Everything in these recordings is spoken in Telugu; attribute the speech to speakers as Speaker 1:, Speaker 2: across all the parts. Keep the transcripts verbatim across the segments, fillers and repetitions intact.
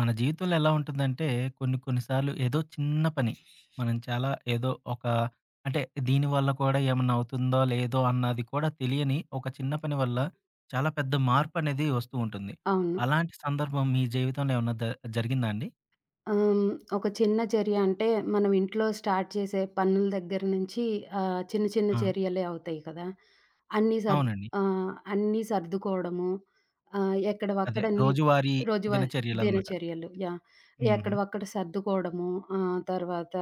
Speaker 1: మన జీవితంలో ఎలా ఉంటుందంటే కొన్ని కొన్నిసార్లు ఏదో చిన్న పని మనం చాలా ఏదో ఒక అంటే దీని వల్ల కూడా ఏమన్నా అవుతుందో లేదో అన్నది కూడా తెలియని ఒక చిన్న పని వల్ల చాలా పెద్ద మార్పు అనేది వస్తూ ఉంటుంది.
Speaker 2: అవును.
Speaker 1: అలాంటి సందర్భం మీ జీవితంలో ఏమన్నా ద జరిగిందా అండి?
Speaker 2: ఆహ్, ఒక చిన్న చర్య అంటే, మనం ఇంట్లో స్టార్ట్ చేసే పనుల దగ్గర నుంచి ఆహ్, చిన్న చిన్న
Speaker 1: ఆ!
Speaker 2: చర్యలే అవుతాయి కదా! అన్నీ సర్
Speaker 1: అవునండి.
Speaker 2: ఆహ్, అన్నీ సర్దుకోవడము. ఆహ్,
Speaker 1: అదే
Speaker 2: ఎక్కడివక్కడ నీట్
Speaker 1: రోజువారీ
Speaker 2: రోజువారీ
Speaker 1: దినచర్యలనమాట.
Speaker 2: దినచర్యలు. యాహ్!
Speaker 1: హుహు.
Speaker 2: ఎక్కడివక్కడ సర్దుకోవడము. ఆహ్, తర్వాత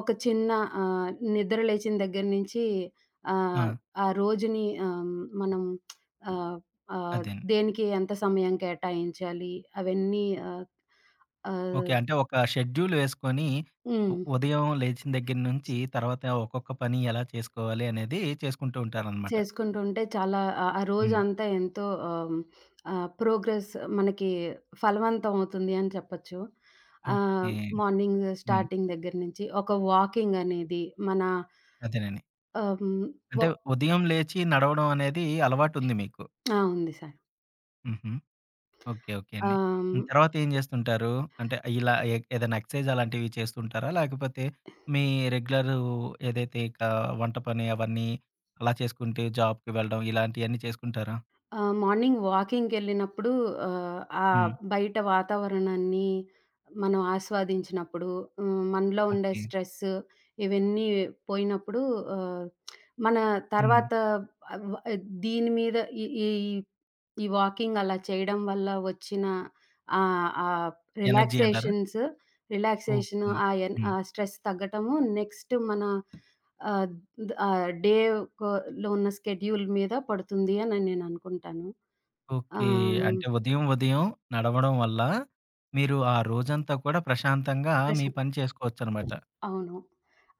Speaker 2: ఒక చిన్న ఆహ్, నిద్ర లేచిన దగ్గర నుంచి
Speaker 1: ఆ!
Speaker 2: ఆహ్, ఆ రోజుని ఆహ్, మనం ఆహ్, ఆహ్,
Speaker 1: అదేండి.
Speaker 2: దేనికి ఎంత సమయం కేటాయించాలి అవన్నీ ఆహ్, ఆహ్
Speaker 1: ఓకే. అంటే ఒక షెడ్యూల్ వేసుకొని ఉ
Speaker 2: హ్మ్.
Speaker 1: ఉదయం లేచిన దగ్గర నుంచి
Speaker 2: చే
Speaker 1: తర్వాత ఒక్కొక్క పని ఎలా చేసుకోవాలి అనేది చేసుకుంటూ ఉంటారనమాట.
Speaker 2: చేసుకుంటుంటే చాలా ఆ ఆ
Speaker 1: హ్మ్.
Speaker 2: రోజంతా ఎంతో ఆహ్, హ్మ్, ఆహ్, ప్రోగ్రెస్ మనకి ఫలవంతం అవుతుంది అని చెప్పొచ్చు. ఆహ్,
Speaker 1: ఓకే.
Speaker 2: మార్నింగ్
Speaker 1: హ్మ్.
Speaker 2: స్టార్టింగ్ దగ్గర నుంచి ఒక వాకింగ్ అనేది మన
Speaker 1: అదేనండి.
Speaker 2: ఆహ్, హ్మ్, వ
Speaker 1: అంటే ఉదయం లేచి నడవడం అనేది అలవాటుంది మీకు.
Speaker 2: ఆ! ఉంది సార్.
Speaker 1: హుహు. ఓకే. ఓకే అండి.
Speaker 2: ఆహ్, హ్మ్
Speaker 1: హ్మ్. తర్వాత ఏం చేస్తుంటారు? అంటే ఇలా ఏ ఏదైనా ఎక్సర్‌సైజ్ అలాంటివి చేస్తుంటారా? లేకపోతే మీ రెగ్యులరు ఏదైతే ఇక వంట పని అవన్నీ అలా చేసుకుంటే జాబ్‌కి వెళ్ళడం ఇలాంటియన్నీ చేసుకుంటారా?
Speaker 2: ఆ! మార్నింగ్ వాకింగ్‌కెళ్ళినప్పుడు ఆహ్, ఆ
Speaker 1: హ్మ్.
Speaker 2: బయట వాతావరణాన్ని మనం ఆస్వాదించినప్పుడు, హ్మ్, మనలో ఉండే
Speaker 1: ఓకే.
Speaker 2: స్ట్రెస్ ఇవన్నీ పోయినప్పుడు ఆహ్, మన
Speaker 1: హ్మ్.
Speaker 2: తర్వాత అవ్ దీని మీద ఈ ఈ ఈ వాకింగ్ అలా చేయడం వల్ల వచ్చిన ఆహ్, ఆ
Speaker 1: ఎనర్జీ అంటారా?
Speaker 2: Relaxations relaxation
Speaker 1: okay.
Speaker 2: ఆ ఎన్
Speaker 1: హ్మ్.
Speaker 2: ఆ స్ట్రెస్ తగ్గటము నెక్స్ట్ మన ఆహ్, ద ఆహ్, డే కొ లో ఉన్న స్కెడ్యూల్ మీద పడుతుంది అని నేను అనుకుంటాను.
Speaker 1: ఓకే.
Speaker 2: ఆహ్, హ్మ్.
Speaker 1: అంటే ఉదయం ఉదయం నడవడం వల్ల మీరు ఆ రోజంతా కూడా ప్రశాంతంగా మీ
Speaker 2: ప్రశాం
Speaker 1: పని చేసుకోవచ్చనమాట.
Speaker 2: అవును.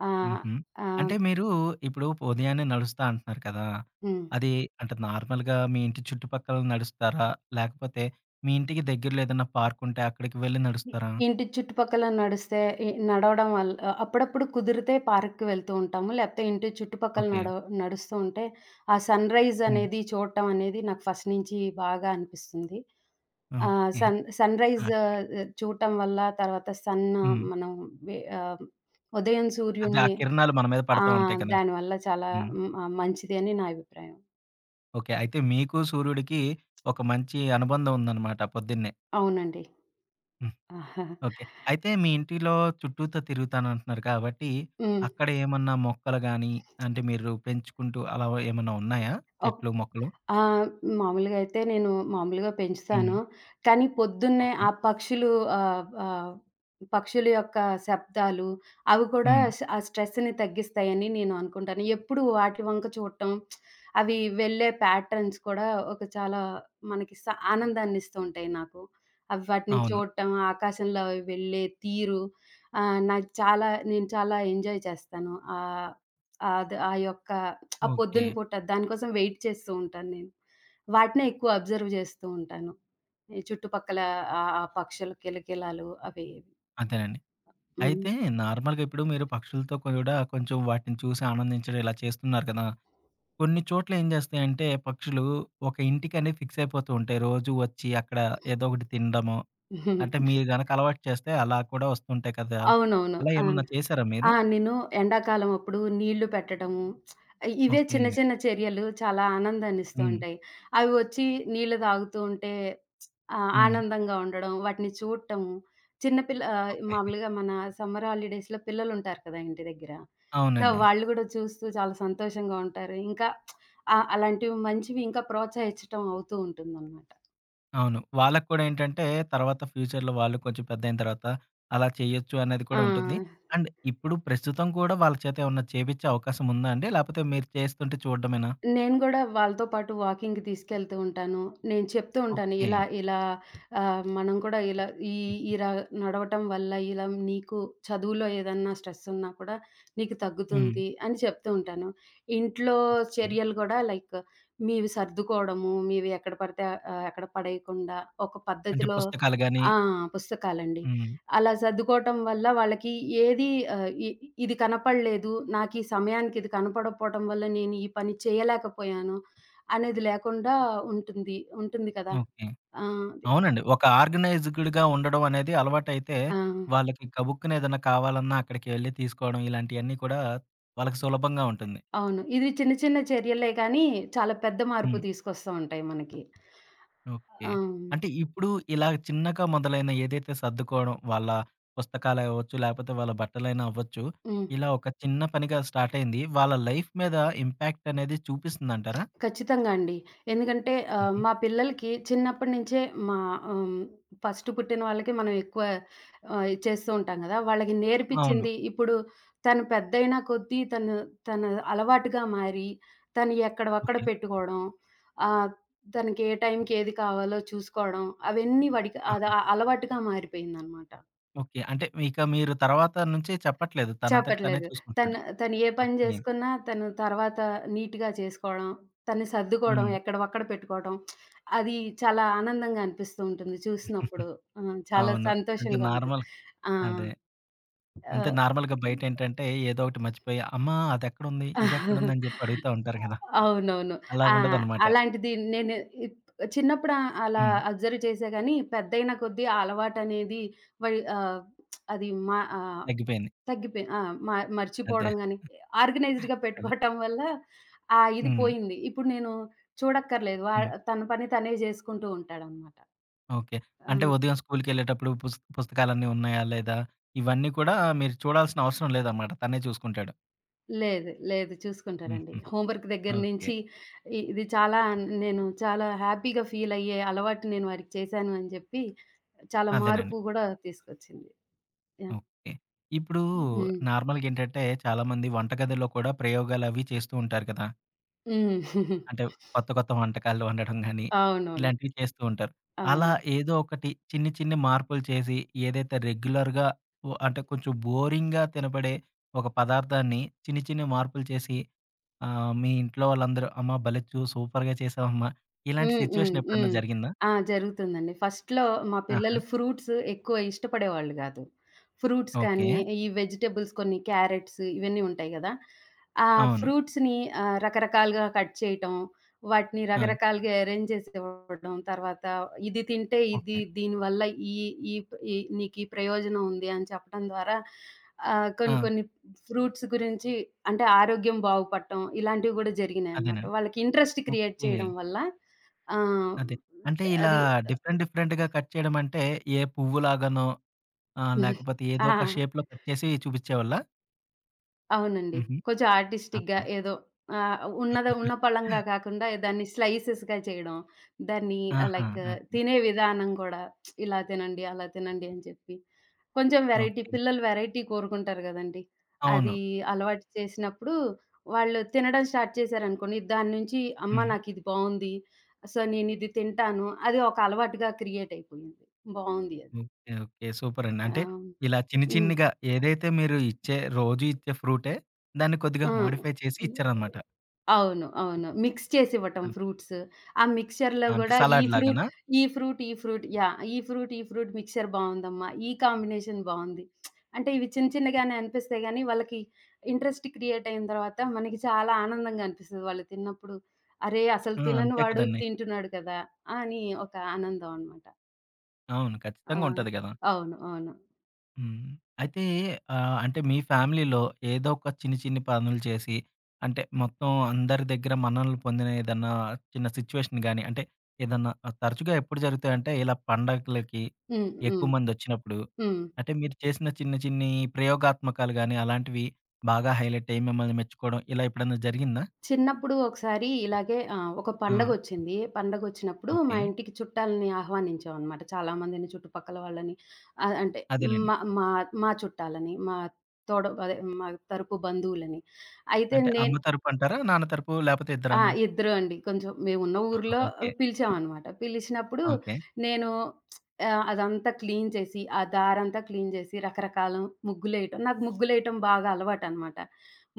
Speaker 2: ఆహ్,
Speaker 1: హుహు. అంటే
Speaker 2: ఆహ్,
Speaker 1: మీరు ఇప్పుడు ఉదయాన్నే నడుస్తా అంటున్నారు కదా!
Speaker 2: హ్మ్.
Speaker 1: అది అంటే నార్మల్‌గా మీ ఇంటి చుట్టుపక్కల నడుస్తారా? లేకపోతే మీ ఇంటికి దగ్గరలో ఏదైనా పార్క్ ఉంటే అక్కడికి వెళ్లి
Speaker 2: ఇ
Speaker 1: నడుస్తారా?
Speaker 2: ఇంటి చుట్టుపక్కల నడిస్తే ఇ నడవడం వల్ల ఆహ్, అప్పుడప్పుడు కుదిరితే పార్క్‌కి వెళ్తూ ఉంటాము. లేపోతే ఇంటి చుట్టుపక్కల
Speaker 1: ఓకే.
Speaker 2: నడవ నడుస్తూ ఉంటే ఆ సన్‌రైజ్
Speaker 1: హ్మ్.
Speaker 2: అనేది చూడటం అనేది నాకు ఫస్ట్ నుంచి బాగా అనిపిస్తుంది. ఆహ్,
Speaker 1: ఓకే.
Speaker 2: సన్ సన్‌రైజ్
Speaker 1: ఆ!
Speaker 2: ఆహ్, చూడటం వల్ల తర్వాత సన్
Speaker 1: హ్మ్.
Speaker 2: మనం వె ఆహ్, ఉదయం
Speaker 1: అదే ఆ
Speaker 2: సూర్యుడిని
Speaker 1: కిరణాలు మన మీద
Speaker 2: ఆ!
Speaker 1: పడతా ఉంటాయి కదా!
Speaker 2: దానివల్ల చాలా
Speaker 1: హ్మ్.
Speaker 2: హ్మ్. ఆహ్, మంచిది అని నా అభిప్రాయం.
Speaker 1: ఓకే. అయితే మీకు సూర్యుడికి ఒక మంచి అనుబంధం ఉందన్నమాట పొద్దున్నే.
Speaker 2: అవునండి.
Speaker 1: హ్మ్. ఓకే. అయితే మీ ఇంటిలో చుట్టూతా తిరుగుతానంటున్నారు కాబట్టి,
Speaker 2: హ్మ్.
Speaker 1: అక్కడ ఏమన్నా మొక్కలు గాని, అంటే మీరు పెంచుకుంటూ అలా ఏమన్నా ఉన్నాయా?
Speaker 2: ఒక్
Speaker 1: చెట్లు, మొక్కలు?
Speaker 2: ఆ! మామూలుగా అయితే నేను మామూలుగా
Speaker 1: హ్మ్.
Speaker 2: పెంచుతాను. కానీ పొద్దున్నే
Speaker 1: ఓకే.
Speaker 2: ఆ పక్షులు ఆహ్, ఆహ్, పక్షుల యొక్క శబ్దాలు అవి కూడా
Speaker 1: హ్మ్.
Speaker 2: స్ ఆ స్ట్రెస్‌ని తగ్గిస్తాయని నేను అనుకుంటాను. ఎప్పుడు వాటి వంక చూడటం, అవి వెళ్ళే ప్యాటర్న్స్ కూడా ఒక చాలా మనకి స ఆనందాన్ని ఇస్తూ ఉంటాయి నాకు. అవి వాటిని
Speaker 1: అవును.
Speaker 2: చూడటం, ఆకాశంలో అవి వెళ్ళే తీరు ఆహ్, నాకు చాలా నేను చాలా ఎంజాయ్ చేస్తాను. ఆహ్, అద్ ఆ యొక్క ఆ
Speaker 1: ఓకే.
Speaker 2: పొద్దున పూట దానికోసం వెయిట్ చేస్తూ ఉంటాను నేను. వాటినే ఎక్కువ అబ్జర్వ్ చేస్తూ ఉంటాను. ఈ చుట్టుపక్కల ఆహ్, ఆ పక్షుల కిలకిలాలు అవి. ఇవి.
Speaker 1: అదేనండి.
Speaker 2: హ్మ్.
Speaker 1: అయితే నార్మల్‌గా ఇప్పుడు మీరు పక్షులతో కూడా కొంచెం వాటిని చూసి ఆనందించడం ఇలా చేస్తున్నారు కదా! కొన్ని చోట్ల ఏం చేస్తాయంటే పక్షులు ఒక ఇంటికని ఫిక్స్ అయిపోతూ ఉంటాయి. రోజు వచ్చి అక్కడ ఏదో ఒకటి తినడమో, అంటే మీరు గనక అలవాటు చేస్తే అలా కూడా వస్తుంటాయి కదా!
Speaker 2: అవునవును.
Speaker 1: అలా
Speaker 2: ఆ!
Speaker 1: ఏమన్నా చేశారా మీరు?
Speaker 2: ఆ! నేను ఎండాకాలం అప్పుడు నీళ్లు పెట్టడము, ఇవే
Speaker 1: ఓకే.
Speaker 2: చిన్న చిన్న చర్యలు చాలా ఆనందాన్నిస్తూ
Speaker 1: హ్మ్.
Speaker 2: ఉంటాయి. అవి వచ్చి నీళ్లు తాగుతూ ఉంటే ఆహ్,
Speaker 1: హ్మ్.
Speaker 2: ఆనందంగా ఉండడం, వాటిని చూడటము, చిన్న పిల్ల ఆహ్,
Speaker 1: ఓకే.
Speaker 2: మామూలుగా మన సమ్మర్ హాలిడేస్‌లో పిల్లలుంటారు కదా! ఇంటి దగ్గర. సో,
Speaker 1: అవునండి.
Speaker 2: వాళ్ళు కూడా చూస్తూ చాలా సంతోషంగా ఉంటారు. ఇంకా ఆహ్, అలాంటివి మంచివి ఇంకా ప్రోత్సహించటం అవుతూ ఉంటుందన్నమాట.
Speaker 1: అవును. వాళ్ళకి కూడా ఏంటంటే తర్వాత ఫ్యూచర్‌లో వాళ్ళు కొంచెం పెద్దయిన తర్వాత అలా చేయొచ్చు అనేది
Speaker 2: ఆ!
Speaker 1: కూడా ఉంటుంది. అండ్ ఇప్పుడు ప్రస్తుతం కూడా వాళ్ళ చేత ఏమన్నా చేపిచ్చే అవకాశం ఉందా అండి? లేపోతే మీరు చేస్తుంటే చూడడమేనా?
Speaker 2: నేను గూడా వాళ్ళతో పాటు వాకింగ్‌కి తీసుకెళ్తూ ఉంటాను. నేను చెప్తూ ఉంటాను.
Speaker 1: ఓకే.
Speaker 2: ఇలా, ఇలా ఆహ్, మనం కూడా ఇలా ఈ ఇలా నడవటం వల్ల ఇలా నీకు చదువులో ఏదన్నా స్ట్రెస్ ఉన్నా కూడా నీకు
Speaker 1: హ్మ్.
Speaker 2: తగ్గుతుంది అని చెప్తూ ఉంటాను. ఇంట్లో
Speaker 1: ఓకే.
Speaker 2: చర్యలు గూడా లైక్ మీవి సర్దుకోవడము, మీవి ఎక్కడ పడితే ఆహ్, ఎక్కడ పడేయకుండా ఒక
Speaker 1: అంటే
Speaker 2: పద్ధతిలో
Speaker 1: పుస్తకాలు గాని
Speaker 2: ఆ! పుస్తకాలండి.
Speaker 1: హ్మ్.
Speaker 2: అలా సర్దుకోవటం వల్ల వాళ్ళకి ఏది ఆహ్, ఇ ఇది కనపడలేదు. నాకీ సమయానికి ఇది కనపడకపోవటం వల్ల నేను ఈ పని చేయలేకపోయాను అనేది లేకుండా ఉంటుంది. ఉంటుంది కదా!
Speaker 1: ఓకే.
Speaker 2: ఆ! అది.
Speaker 1: అవునండి. ఒక ఆర్గనైజ్డ్‌గా ఉండడం అనేది అలవాటైతే
Speaker 2: ఆ!
Speaker 1: వాళ్ళకి గబుక్కున ఏదన్నా కావాలన్నా అక్కడికి వెళ్లి తీసుకోవడం ఇలాంటియన్నీ కూడా వాళ్ళకి సులభంగా ఉంటుంది.
Speaker 2: అవును. ఇది చిన్న చిన్న చర్యలే కానీ చాలా పెద్ద మార్పు
Speaker 1: హ్మ్.
Speaker 2: తీసుకొస్తా ఉంటాయి మనకి.
Speaker 1: ఓకే.
Speaker 2: ఆ!
Speaker 1: అంటే ఇప్పుడు ఇలా చిన్నగా మొదలైన ఏదైతే సర్దుకోవడం, వాళ్ళ పుస్తకాలే అవ్వచ్చు, లేపోతే వాళ్ళ బట్టలైనా అవ్వచ్చు.
Speaker 2: హ్మ్.
Speaker 1: ఇలా ఒక చిన్న పనిగా స్టార్ట్ అయింది. వాళ్ళ లైఫ్ మీద ఇంపాక్ట్ అనేది చూపిస్తుందంటారా?
Speaker 2: ఖచ్చితంగా అండి. ఎందుకంటే ఆహ్,
Speaker 1: హుహు.
Speaker 2: మా పిల్లలకి చిన్నప్పటి నుంచే మా ఆహ్, ఫస్ట్ పుట్టిన వాళ్ళకి మనం ఎక్కువ ఆహ్, చేస్తూ ఉంటాం గదా! వాళ్ళకి
Speaker 1: అవును.
Speaker 2: నేర్పించింది ఇప్పుడు తను పెద్దయిన కొద్దీ తను తన అలవాటుగా మారి, తను ఎక్కడివక్కడ
Speaker 1: ఓకే.
Speaker 2: పెట్టుకోవడం, ఆహ్, తనకి ఏ టైంకి ఏది కావాలో చూసుకోవడం అవన్నీ వాడికి అది
Speaker 1: ఆహా!
Speaker 2: ఆ అలవాటుగా మారిపోయిందనమాట.
Speaker 1: ఓకే. అంటే ఇక మీరు తర్వాత నుంచి చెప్పట్లేదు. తనంతట తనే
Speaker 2: చెప్పట్లేదు.
Speaker 1: చూసుకుంటున్నాడు.
Speaker 2: తను తను ఏ పని
Speaker 1: ఓకే.
Speaker 2: జేసుకున్నా తను తర్వాత నీట్‌గా చేసుకోవడం, తన్ని సర్దుకోవడం,
Speaker 1: హ్మ్.
Speaker 2: ఎక్కడివక్కడ పెట్టుకోవడం అది చాలా ఆనందంగా అనిపిస్తూ ఉంటుంది చూసినప్పుడు. ఆ! చాలా
Speaker 1: అవును. అంటే
Speaker 2: సంతోషంగా ఉంటుంది.
Speaker 1: నార్మల్
Speaker 2: ఆ!
Speaker 1: అదే. అంటే
Speaker 2: ఆహ్
Speaker 1: నార్మల్‌గా బయటేంటంటే ఏదో ఒకటి మర్చిపోయి, అమ్మా! అదెక్కడుంది? ఇదెక్కడుంది? అని జెప్పి అడుగుతా ఉంటారు గదా!
Speaker 2: అవునవును.
Speaker 1: అలా
Speaker 2: ఆ!
Speaker 1: ఉండదనమాట.
Speaker 2: అలాంటిది నేను ఇప్ చిన్నప్పుడు ఆహ్, అలా
Speaker 1: హ్మ్.
Speaker 2: అబ్జర్వ్ చేశా గానీ, పెద్దయిన కొద్దీ ఆ అలవాటనేది వై ఆహ్, అది మా ఆహ్,
Speaker 1: తగ్గిపోయింది.
Speaker 2: తగ్గిపోయి ఆ! మ
Speaker 1: అదే.
Speaker 2: మర్చిపోవడం గానీ, ఆర్గనైజ్డ్‌గా
Speaker 1: అదే.
Speaker 2: పెట్టుకోవటం వల్ల ఆ ఇది
Speaker 1: హ్మ్.
Speaker 2: పోయింది. ఇప్పుడు నేను చూడక్కర్లేదు. వా
Speaker 1: హ్మ్.
Speaker 2: తన పని తనే జేసుకుంటూ ఉంటాడనమాట.
Speaker 1: ఓకే.
Speaker 2: ఆ!
Speaker 1: అంటే ఉదయం స్కూలుకెళ్ళేటప్పుడు పుస్ పుస్తకాలన్నీ ఉన్నాయా? లేదా? ఇవన్నీ కూడా మీరు చూడాల్సిన అవసరం లేదనమాట. తనే చూసుకుంటాడు.
Speaker 2: లేదు. లేదు. చూసుకుంటాడండి.
Speaker 1: హుహు.
Speaker 2: హోంవర్క్ దగ్గర
Speaker 1: ఓకే.
Speaker 2: నుంచి ఇ ఇది చాలా నేను చాలా హ్యాపీగా ఫీలయ్యే అలవాటు నేను వారికి చేశాను అని చెప్పి చాలా
Speaker 1: అదేనండి.
Speaker 2: మార్పు గూడా తీసుకొచ్చింది. యాహ్!
Speaker 1: ఓకే. ఇప్పుడు
Speaker 2: హ్మ్.
Speaker 1: నార్మల్‌గా ఏంటంటే చాలామంది వంటగదిలో కూడా ప్రయోగాలవి చేస్తూ ఉంటారు కదా!
Speaker 2: హ్మ్.
Speaker 1: అంటే కొత్త కొత్త వంటకాలు వండడం గానీ,
Speaker 2: అవునవును.
Speaker 1: ఇలాంటివి చేస్తూ ఉంటారు. అలా
Speaker 2: అవును.
Speaker 1: ఏదో ఒకటి చిన్ని చిన్ని మార్పులు చేసి ఏదైతే రెగ్యులర్‌గా ఓ అంటే కొంచెం బోరింగ్‌గా తినబడే ఒక పదార్థాన్ని చిన్ని చిన్ని మార్పులు చేసి ఆ! మీ ఇంట్లో వాళ్ళందరూ "అమ్మా భలే చూ సూపర్‌గా చేసావమ్మా" ఇలాంటి
Speaker 2: హ్మ్. హ్మ్.
Speaker 1: సిట్యుయేషన్ ఎప్పుడన్నా
Speaker 2: హ్మ్.
Speaker 1: జరిగిందా?
Speaker 2: ఆ! జరుగుతుందండి. ఫస్ట్‌లో మా
Speaker 1: ఆహా!
Speaker 2: పిల్లలు ఫ్రూట్స్ ఎక్కువ ఇష్టపడేవాళ్ళు గాదు. Fruits
Speaker 1: okay.
Speaker 2: కానీ, ఈ వెజిటబుల్స్ కొన్ని క్యారెట్స్ ఇవన్నీ ఉంటాయి గదా! ఆ
Speaker 1: అవును.
Speaker 2: ఫ్రూట్స్‌ని ఆహ్, రకరకాలుగా కట్ చేయటం, వాటిని
Speaker 1: ఆ!
Speaker 2: రకరకాలుగా అరేంజ్ చేసి ఇవ్వడం, తర్వాత ఇది తింటే ఇది
Speaker 1: ఓకే.
Speaker 2: దీనివల్ల ఈ ఈ ఈ నీకీ ప్రయోజనం ఉంది అని చెప్పడం ద్వారా ఆహ్, కొన్ని
Speaker 1: ఆ!
Speaker 2: కొన్ని ఫ్రూట్స్ గురించి అంటే ఆరోగ్యం బాగుపడటం ఇలాంటివి గూడా జరిగినాయన్నమాట.
Speaker 1: అదేనండి.
Speaker 2: వాళ్ళకి ఇంట్రెస్ట్ క్రియేట్
Speaker 1: ఓకే.
Speaker 2: చేయడం వల్ల ఆ!
Speaker 1: అదే. అంటే ఇలా
Speaker 2: అది
Speaker 1: డిఫరెంట్ డిఫరెంట్‌గా కట్ చేయడం అంటే ఏ పువ్వులాగానో ఆహ్, లేకపోతే ఏదో
Speaker 2: ఆ!
Speaker 1: ఒక షేప్‌లో కట్ చేసి చూపిచ్చేవాళ్ళా?
Speaker 2: అవునండి.
Speaker 1: హుహు.
Speaker 2: కొంచెం ఆర్టిస్టిక్‌గా
Speaker 1: అప్పుడు.
Speaker 2: ఏదో ఆహ్, ఉన్నద ఉన్న పళంగా కాకుండా దాన్ని స్లైసెస్‌గా చేయడం. దాన్ని
Speaker 1: ఆహా!
Speaker 2: Like
Speaker 1: okay.
Speaker 2: తినే విధానం కూడా ఇలా తినండి, అలా తినండి అని చెప్పి. కొంచెం వెరైటీ
Speaker 1: ఓకే.
Speaker 2: పిల్లలు వెరైటీ కోరుకుంటారు కదండీ!
Speaker 1: అవును.
Speaker 2: అది అలవాటు చేసినప్పుడు వాళ్ళు తినడం స్టార్ట్ చేశారనుకోండి, దాని నుంచి అమ్మ
Speaker 1: హ్మ్.
Speaker 2: నాకిది బావుంది. సో, నేనిది తింటాను. అది ఒక అలవాటుగా క్రియేట్ అయిపోయింది. బావుంది అది.
Speaker 1: ఓకే. ఓకే. సూపరండి. అంటే
Speaker 2: ఆ!
Speaker 1: ఇలా చిన్ని
Speaker 2: హ్మ్.
Speaker 1: చిన్నిగా ఏదైతే మీరు ఇచ్చే రోజు ఇచ్చే ఫ్రూటే దాన్ని కొద్దిగా
Speaker 2: ఆ!
Speaker 1: మోడిఫై చేసి ఇచ్చారనమాట.
Speaker 2: అవును. అవును. మిక్స్ చేసివ్వటం
Speaker 1: అన్
Speaker 2: ఫ్రూట్స్. ఆ మిక్స్చర్‌లో
Speaker 1: అంటే
Speaker 2: గూడా ఈ
Speaker 1: సలాడ్
Speaker 2: ఫ్రూట్,
Speaker 1: లాగానా?
Speaker 2: ఈ ఫ్రూట్, ఈ ఫ్రూట్ యాహ్! ఈ ఫ్రూట్, ఈ ఫ్రూట్ మిక్స్చర్ బావుందమ్మా. ఈ కాంబినేషన్ బావుంది. అంటే ఇవి చిన్న చిన్నగానే అనిపిస్తాయి గానీ, వాళ్ళకి ఇంట్రెస్ట్ క్రియేట్ అయిన తర్వాత మనకి చాలా ఆనందంగా అనిపిస్తది. వాళ్ళు తిన్నప్పుడు. అరే! అసలు
Speaker 1: ఆ!
Speaker 2: తినని
Speaker 1: అంతే
Speaker 2: వాడు
Speaker 1: కదండీ.
Speaker 2: తింటున్నాడు కదా! అని ఒక ఆనందం అనమాట.
Speaker 1: అవును.
Speaker 2: ఆ!
Speaker 1: ఖచ్చితంగా ఉంటది గదా!
Speaker 2: అవును. అవును.
Speaker 1: హ్మ్. అయితే ఆహ్, అంటే మీ ఫ్యామిలీలో ఏదో ఒక చిన్ని, చిన్ని పనులు చేసి అంటే మొత్తం అందరి దగ్గర మన్ననలు పొందిన ఏదన్నా చిన్న సిట్యుయేషన్ గాని, అంటే ఏదన్నా ఆహ్, తరచుగా ఎప్పుడు జరుగుతాయంటే ఇలా పండగలకి
Speaker 2: హ్మ్.
Speaker 1: ఎక్కువ
Speaker 2: హ్మ్.
Speaker 1: మందొచ్చినప్పుడు.
Speaker 2: హ్మ్.
Speaker 1: అంటే మీరు చేసిన చిన్న, చిన్ని ప్రయోగాత్మకాలు గాని అలాంటివి బాగా హైలైట్ అయ్యి మిమ్మల్ని మెచ్చుకోవడం ఇలా ఎప్పుడన్నా జరిగిందా?
Speaker 2: చిన్నప్పుడు ఒకసారి ఇలాగే ఆహ్, ఒక
Speaker 1: ఆ!
Speaker 2: పండగొచ్చింది. పండగొచ్చినప్పుడు మా
Speaker 1: ఓకే.
Speaker 2: ఇంటికి చుట్టాలని ఆహ్వానించామనమాట. చాలా మందిని చుట్టుపక్కల వాళ్ళని ఆహ్, అంటే
Speaker 1: అదేలెండి.
Speaker 2: మా మా మా చుట్టాలని, మా తోడ అదే మా తరపు బంధువులని. అయితే
Speaker 1: అంటే
Speaker 2: నే
Speaker 1: అమ్మ తరపంటారా? నాన్న తరపు లేపోతే
Speaker 2: ఆ!
Speaker 1: ఇద్దరానా?
Speaker 2: ఇద్దరు అండి. కొంచెం మేమున్న ఊర్లో
Speaker 1: ఓకే.
Speaker 2: పిలిచామనమాట. పిలిచినప్పుడు
Speaker 1: ఓకే.
Speaker 2: నేను ఆహ్, అదంతా క్లీన్ చేసి, ఆ దారంతా క్లీన్ చేసి, రకరకాల ముగ్గులేయటం నాకు ముగ్గులేయటం బాగా అలవాటనమాట.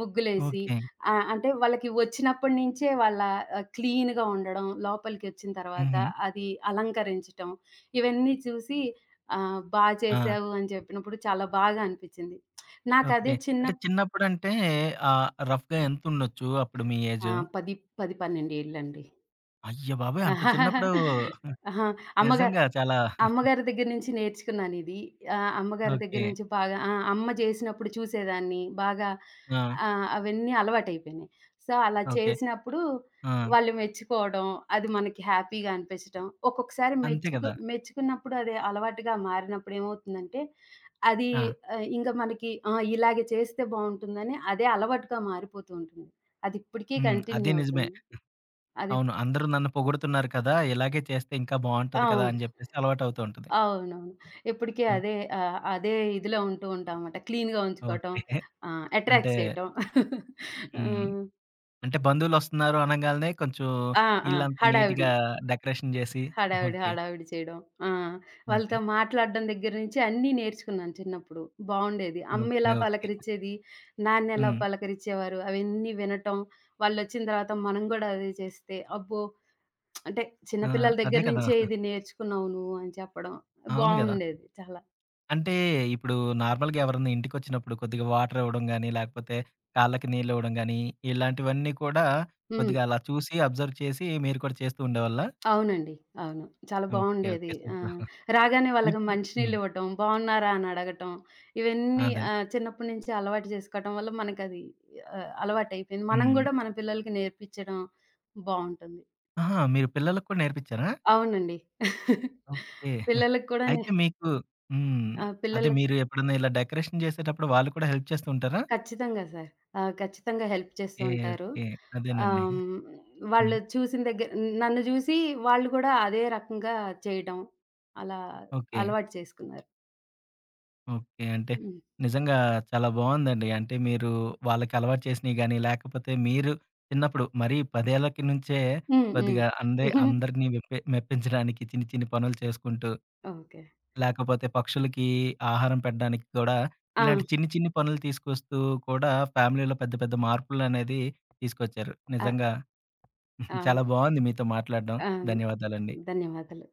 Speaker 2: ముగ్గులేసి
Speaker 1: ఓకే.
Speaker 2: ఆహ్, అంటే వాళ్ళకి వచ్చినప్పటి నుంచే వాళ్ళ ఆహ్, క్లీన్‌గా ఉండడం, లోపలికొచ్చిన తర్వాత
Speaker 1: హుహు.
Speaker 2: అది అలంకరించటం, ఇవన్నీ చూసి ఆహ్, బా
Speaker 1: ఆ!
Speaker 2: చేశావు అని చెప్పినప్పుడు చాలా బాగా అనిపిచ్చింది.
Speaker 1: ఓకే.
Speaker 2: నాకదే చిన్న
Speaker 1: అంటే చిన్నప్పుడంటే ఆహ్, రఫ్‌గా ఎంతుండొచ్చు అప్పుడు మీ
Speaker 2: ఆ!
Speaker 1: ఏజు?
Speaker 2: పది, పది, పన్నెండు ఏళ్ళండి.
Speaker 1: అయ్య బాబోయ్! అంత చిన్నప్పుడు
Speaker 2: ఆహా! అమ్మగా
Speaker 1: నిజంగా చాలా
Speaker 2: అమ్మగారి దగ్గర నుంచి నేర్చుకున్నానిది. ఆహ్, అమ్మగారి దగ్గర
Speaker 1: ఓకే.
Speaker 2: నుంచి బాగా ఆ! అమ్మ చేసినప్పుడు చూసేదాన్ని. బాగా
Speaker 1: ఆ!
Speaker 2: ఆహ్, అవన్నీ అలవాటయిపోయినాయి. సో, అలా
Speaker 1: ఓకే.
Speaker 2: చేసినప్పుడు
Speaker 1: ఆ!
Speaker 2: వాళ్ళు మెచ్చుకోవడం, అది మనకి హ్యాపీగా అనిపించడం. ఒక్కొక్కసారి
Speaker 1: అంతే
Speaker 2: మెచ్చుకు
Speaker 1: కదా!
Speaker 2: మెచ్చుకున్నప్పుడు అది అలవాటుగా మారినప్పుడు ఏమవుతుందంటే, అది
Speaker 1: ఆ!
Speaker 2: ఆహ్, ఇంక మనకి ఆ! ఇలాగే చేస్తే బావుంటుందని అదే అలవాటుగా మారిపోతూ ఉంటుంది. అది ఇప్పటికీ
Speaker 1: హ్మ్. అది
Speaker 2: కంటిన్యూ
Speaker 1: నిజమే.
Speaker 2: అవుతుంది. అది
Speaker 1: అవును. అందరూ నన్ను పొగుడుతున్నారు కదా! ఇలాగే చేస్తే ఇంకా బావుంటది కదా!
Speaker 2: అవును.
Speaker 1: అని చెప్పేసి అలవాటవుతూ ఉంటది.
Speaker 2: అవునవును. ఎప్పటికి
Speaker 1: హ్మ్.
Speaker 2: అదే ఆహ్, అదే ఇదిలో ఉంటూ ఉంటామన్నమాట. క్లీన్‌గా ఉంచుకోవటం,
Speaker 1: ఓకే.
Speaker 2: ఆహ్,
Speaker 1: అంటే
Speaker 2: అట్రాక్ట్ చేయటం.
Speaker 1: హ్మ్.
Speaker 2: ఆహ్,
Speaker 1: అంటే బంధువులొస్తున్నారు అనంగాల్నే కొంచెం
Speaker 2: ఆ! ఆ!
Speaker 1: ఇల్లంతా
Speaker 2: హడావిడి.
Speaker 1: నీట్‌గా డెకరేషన్ చేసి
Speaker 2: హడావిడి,
Speaker 1: ఓకే.
Speaker 2: హడావిడి చేయడం. ఆ!
Speaker 1: అదే.
Speaker 2: వాళ్ళతో మాట్లాడడం దగ్గర నుంచి అన్నీ నేర్చుకున్నాను చిన్నప్పుడు. బావుండేది. అమ్మ ఎలా
Speaker 1: ఓకే. ఓకే.
Speaker 2: పలకరించేది, నాన్న ఎలా
Speaker 1: హ్మ్.
Speaker 2: పలకరించేవారు అవన్నీ వినటం, వాళ్ళొచ్చిన తర్వాత మనం గూడా అదే చేస్తే, అబ్బో! అంటే చిన్న
Speaker 1: ఆ!
Speaker 2: పిల్లల
Speaker 1: అదే
Speaker 2: దగ్గర
Speaker 1: కదా!
Speaker 2: నుంచే ఇది నేర్చుకున్నావు నువ్వు అని చెప్పడం
Speaker 1: అవును గదా!
Speaker 2: బావుండేది చాలా.
Speaker 1: అంటే ఇప్పుడు నార్మల్‌గా ఎవరన్నా ఇంటికొచ్చినప్పుడు కొద్దిగా వాటర్ ఇవ్వడం గాని, లేకపోతే కాళ్ళకి నీళ్ళు ఇవ్వడం గాని, ఇలాంటివన్నీ కూడా
Speaker 2: హ్మ్.
Speaker 1: కొద్దిగా అలా చూసి అబ్జర్వ్ చేసి మీరు కూడా చేస్తూ ఉండేవాళ్ళా?
Speaker 2: అవునండి. అవును. చాలా
Speaker 1: ఓకే.
Speaker 2: బావుండేది.
Speaker 1: ఓకే.
Speaker 2: ఆ!
Speaker 1: సూపర్.
Speaker 2: రాగానే వాళ్ళకి
Speaker 1: ఇప్పుడు
Speaker 2: మంచినీళ్ళు
Speaker 1: హ్మ్.
Speaker 2: ఇవ్వటం, బావున్నారా అని అడగటం, ఇవన్నీ
Speaker 1: అదే.
Speaker 2: ఆహ్, చిన్నప్పటి నుంచి అలవాటు చేసుకోవటం వల్ల మనకది ఆహ్, అలవాటయిపోయింది. మనం
Speaker 1: హ్మ్.
Speaker 2: గూడా మన పిల్లలకి నేర్పించడం బావుంటుంది.
Speaker 1: ఆహా! మీరు పిల్లలకి కూడా నేర్పించారా?
Speaker 2: అవునండి.
Speaker 1: ఓకే.
Speaker 2: పిల్లలకి కూడా నే
Speaker 1: అయితే మీకు హ్మ్.
Speaker 2: ఆ!
Speaker 1: అదే
Speaker 2: పిల్లలకి
Speaker 1: మీరు ఎప్పుడన్నా ఇలా డెకరేషన్ చేసేటప్పుడు వాళ్ళు కూడా హెల్ప్ చేస్తూ ఉంటారా?
Speaker 2: ఖచ్చితంగా సార్. ఆ! ఖచ్చితంగా హెల్ప్ చేస్తూ
Speaker 1: ఓకే.
Speaker 2: ఉంటారు.
Speaker 1: ఓకే. అదేనండి.
Speaker 2: ఆహ్, హ్మ్,
Speaker 1: హ్మ్.
Speaker 2: వాళ్ళు చూసిన దగ్గర నన్ను చూసి వాళ్ళు గూడా అదే రకంగా చేయటం, అలా
Speaker 1: ఓకే.
Speaker 2: అలవాటు చేసుకున్నారు.
Speaker 1: ఓకే. అంటే
Speaker 2: హ్మ్.
Speaker 1: నిజంగా చాలా బావుందండి. అంటే మీరు వాళ్ళకి అలవాటు చేసినయి గాని, లేకపోతే మీరు చిన్నప్పుడు మరీ పది ఏళ్ళకి నుంచే
Speaker 2: హ్మ్. హ్మ్.
Speaker 1: కొద్దిగా అందే అందరిని మెప్పి మెప్పించడానికి చిన్ని చిన్ని పనులు చేసుకుంటూ,
Speaker 2: ఓకే.
Speaker 1: లేకపోతే పక్షులకి ఆహారం పెట్టడానికి కూడా
Speaker 2: ఆ!
Speaker 1: ఇలాంటి చిన్ని చిన్ని పనులు తీసుకొస్తూ కూడా ఫ్యామిలీలో పెద్ద పెద్ద మార్పులనేది తీసుకొచ్చారు.
Speaker 2: ఆ!
Speaker 1: నిజంగా
Speaker 2: ఆ!
Speaker 1: చాలా బావుంది మీతో మాట్లాడడం.
Speaker 2: ఆ!
Speaker 1: ధన్యవాదాలండి.
Speaker 2: ధన్యవాదాలు.